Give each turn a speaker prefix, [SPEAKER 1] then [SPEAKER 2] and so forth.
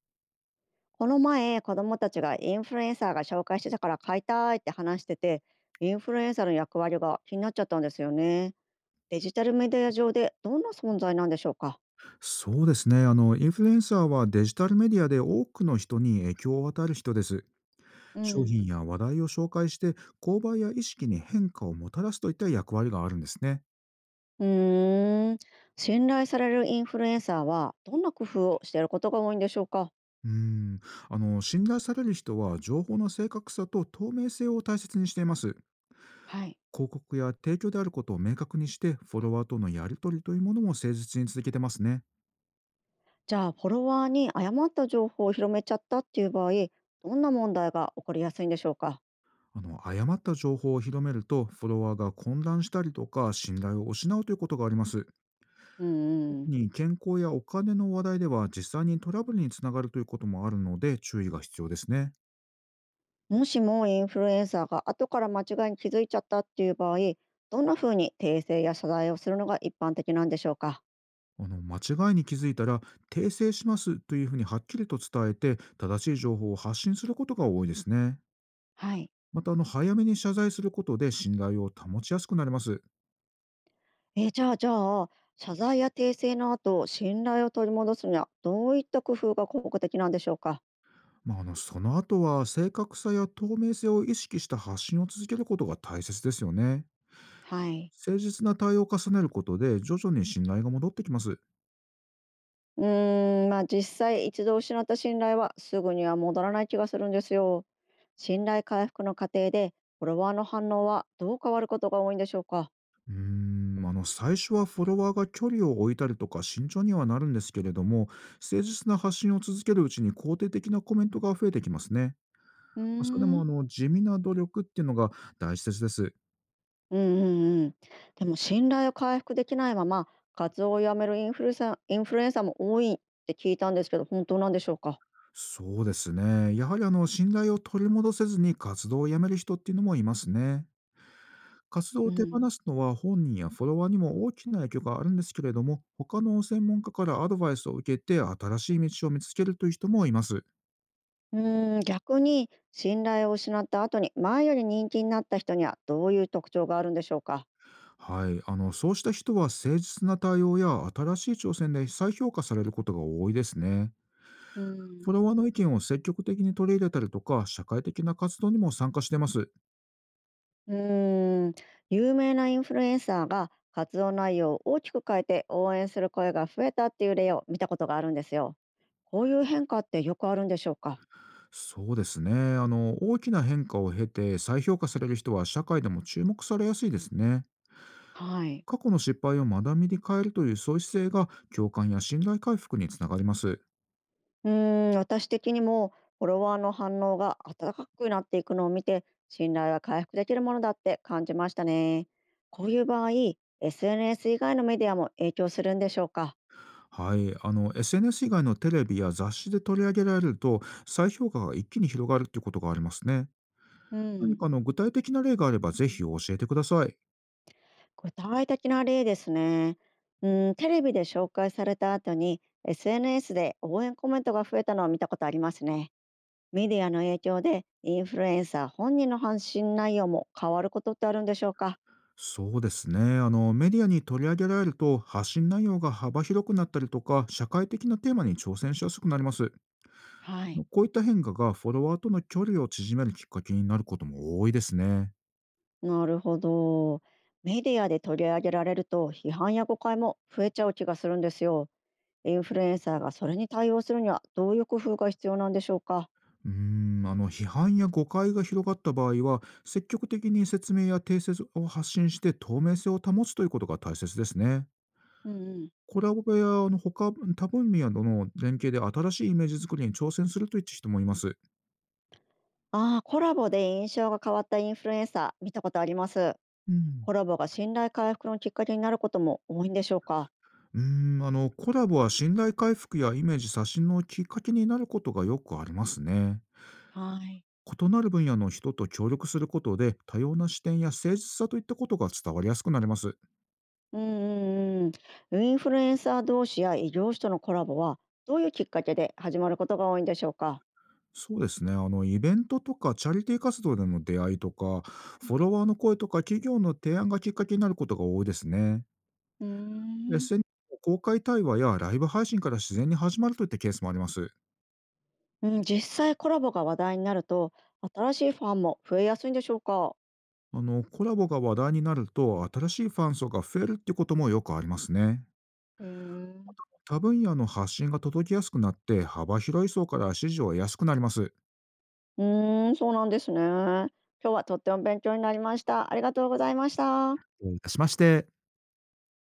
[SPEAKER 1] この前、子供たちがインフルエンサーが紹介してたから買いたいって話してて、インフルエンサーの役割が気になっちゃったんですよね。デジタルメディア上でどんな存在なんでしょうか。
[SPEAKER 2] そうですね。インフルエンサーはデジタルメディアで多くの人に影響を与える人です。
[SPEAKER 1] う
[SPEAKER 2] 商
[SPEAKER 1] ん。
[SPEAKER 2] 品や話題を紹介して、購買や意識に変化をもたらすといった役割があるんですね。
[SPEAKER 1] うーん。信頼されるインフルエンサーはどんな工夫をしていることが多いんでしょうか。
[SPEAKER 2] うん。信頼される人は情報の正確さと透明性を大切にしています。
[SPEAKER 1] はい。
[SPEAKER 2] 広告や提供であることを明確にして、フォロワーとのやり取りというものも誠実に続けてますね。
[SPEAKER 1] じゃあ、フォロワーに誤った情報を広めちゃったっていう場合、どんな問題が起こりやすいんでしょうか。
[SPEAKER 2] 誤った情報を広めると、フォロワーが混乱したりとか、信頼を失うということがあります。
[SPEAKER 1] うん
[SPEAKER 2] 特
[SPEAKER 1] うん。
[SPEAKER 2] に健康やお金の話題では実際にトラブルにつながるということもあるので、注意が必要ですね。
[SPEAKER 1] もしもインフルエンサーが後から間違いに気づいちゃったっていう場合、どんな風に訂正や謝罪をするのが一般的なんでしょうか。
[SPEAKER 2] 間違いに気づいたら、訂正しますというふうにはっきりと伝えて、正しい情報を発信することが多いですね。
[SPEAKER 1] はい。
[SPEAKER 2] また早めに謝罪することで、信頼を保ちやすくなります。
[SPEAKER 1] じゃあ謝罪や訂正の後、信頼を取り戻すにはどういった工夫が効果的なんでしょうか。
[SPEAKER 2] まあ、その後は正確さや透明性を意識した発信を続けることが大切ですよね。
[SPEAKER 1] はい。
[SPEAKER 2] 誠実な対応を重ねることで、徐々に信頼が戻ってきます。
[SPEAKER 1] うーん、まあ実際一度失った信頼はすぐには戻らない気がするんですよ。信頼回復の過程でフォロワーの反応はどう変わることが多いんでしょうか。
[SPEAKER 2] うー最初はフォロワーが距離を置いたりとか慎重にはなるんですけれども、誠実な発信を続けるうちに、肯定的なコメントが増えてきますね。
[SPEAKER 1] うー
[SPEAKER 2] それでも
[SPEAKER 1] ん。
[SPEAKER 2] 地味な努力っていうのが大切です。
[SPEAKER 1] うんうんうん。でも信頼を回復できないまま活動をやめるインフルエンサーも多いって聞いたんですけど、本当なんでしょうか？
[SPEAKER 2] そうですね。やはり信頼を取り戻せずに活動をやめる人っていうのもいますね。活動
[SPEAKER 1] う
[SPEAKER 2] を手放
[SPEAKER 1] ん。
[SPEAKER 2] すのは本人やフォロワーにも大きな影響があるんですけれども、他の専門家からアドバイスを受けて、新しい道を見つけるという人もいます。
[SPEAKER 1] うん。逆に信頼を失った後に前より人気になった人にはどういう特徴があるんでしょうか？
[SPEAKER 2] はい、そうした人は誠実な対応や新しい挑戦で再評価されることが多いですね。
[SPEAKER 1] うん。
[SPEAKER 2] フォロワーの意見を積極的に取り入れたりとか、社会的な活動にも参加してます。
[SPEAKER 1] うん。有名なインフルエンサーが活動内容を大きく変えて応援する声が増えたっていう例を見たことがあるんですよ。こういう変化ってよくあるんでしょうか？
[SPEAKER 2] そうですね。大きな変化を経て再評価される人は、社会でも注目されやすいですね。
[SPEAKER 1] はい。
[SPEAKER 2] 過去の失敗を学びに変えるという、そういう姿勢が共感や信頼回復につながります。
[SPEAKER 1] うーん、私的にもフォロワーの反応が温かくなっていくのを見て、信頼は回復できるものだって感じましたね。こういう場合、SNS 以外のメディアも影響するんでしょうか。
[SPEAKER 2] はい、SNS 以外のテレビや雑誌で取り上げられると、再評価が一気に広がるっていうことがありますね。
[SPEAKER 1] う
[SPEAKER 2] 何
[SPEAKER 1] ん。
[SPEAKER 2] か具体的な例があれば、ぜひ教えてください。
[SPEAKER 1] 具体的な例ですね。うん、テレビで紹介された後に SNS で応援コメントが増えたのを見たことありますね。メディアの影響でインフルエンサー本人の発信内容も変わることってあるんでしょうか。
[SPEAKER 2] そうですね。メディアに取り上げられると、発信内容が幅広くなったりとか、社会的なテーマに挑戦しやすくなります。
[SPEAKER 1] はい。
[SPEAKER 2] こういった変化がフォロワーとの距離を縮めるきっかけになることも多いですね。
[SPEAKER 1] なるほど。メディアで取り上げられると批判や誤解も増えちゃう気がするんですよ。インフルエンサーがそれに対応するにはどういう工夫が必要なんでしょうか。
[SPEAKER 2] 批判や誤解が広がった場合は、積極的に説明や訂正を発信して、透明性を保つということが大切ですね。
[SPEAKER 1] うんうん。
[SPEAKER 2] コラボや他多分野の連携で、新しいイメージ作りに挑戦するといった人もいます。
[SPEAKER 1] ああ、コラボで印象が変わったインフルエンサー見たことあります。
[SPEAKER 2] うん。
[SPEAKER 1] コラボが信頼回復のきっかけになることも多いんでしょうか。
[SPEAKER 2] うーコラボは信頼回復やイメージ刷新のきっかけになることがよくありますね。
[SPEAKER 1] はい。
[SPEAKER 2] 異なる分野の人と協力することで、多様な視点や誠実さといったことが伝わりやすくなります。
[SPEAKER 1] うんうんうん。インフルエンサー同士や異業種とのコラボはどういうきっかけで始まることが多いんでしょうか。
[SPEAKER 2] そうですね。イベントとかチャリティー活動での出会いとか、フォロワーの声とか企業の提案がきっかけになることが多いですね。
[SPEAKER 1] うーん。
[SPEAKER 2] SNS の公開対話やライブ配信から自然に始まるといったケースもあります。
[SPEAKER 1] うん、実際コラボが話題になると、新しいファンも増えやすいんでしょうか。
[SPEAKER 2] コラボが話題になると、新しいファン層が増えるっていうこともよくありますね。
[SPEAKER 1] へえ。
[SPEAKER 2] 他分野の発信が届きやすくなって、幅広い層から支持を得やすくなります。
[SPEAKER 1] うーん、そうなんですね。今日はとっても勉強になりました。ありがとうございました。
[SPEAKER 2] どういたしまして。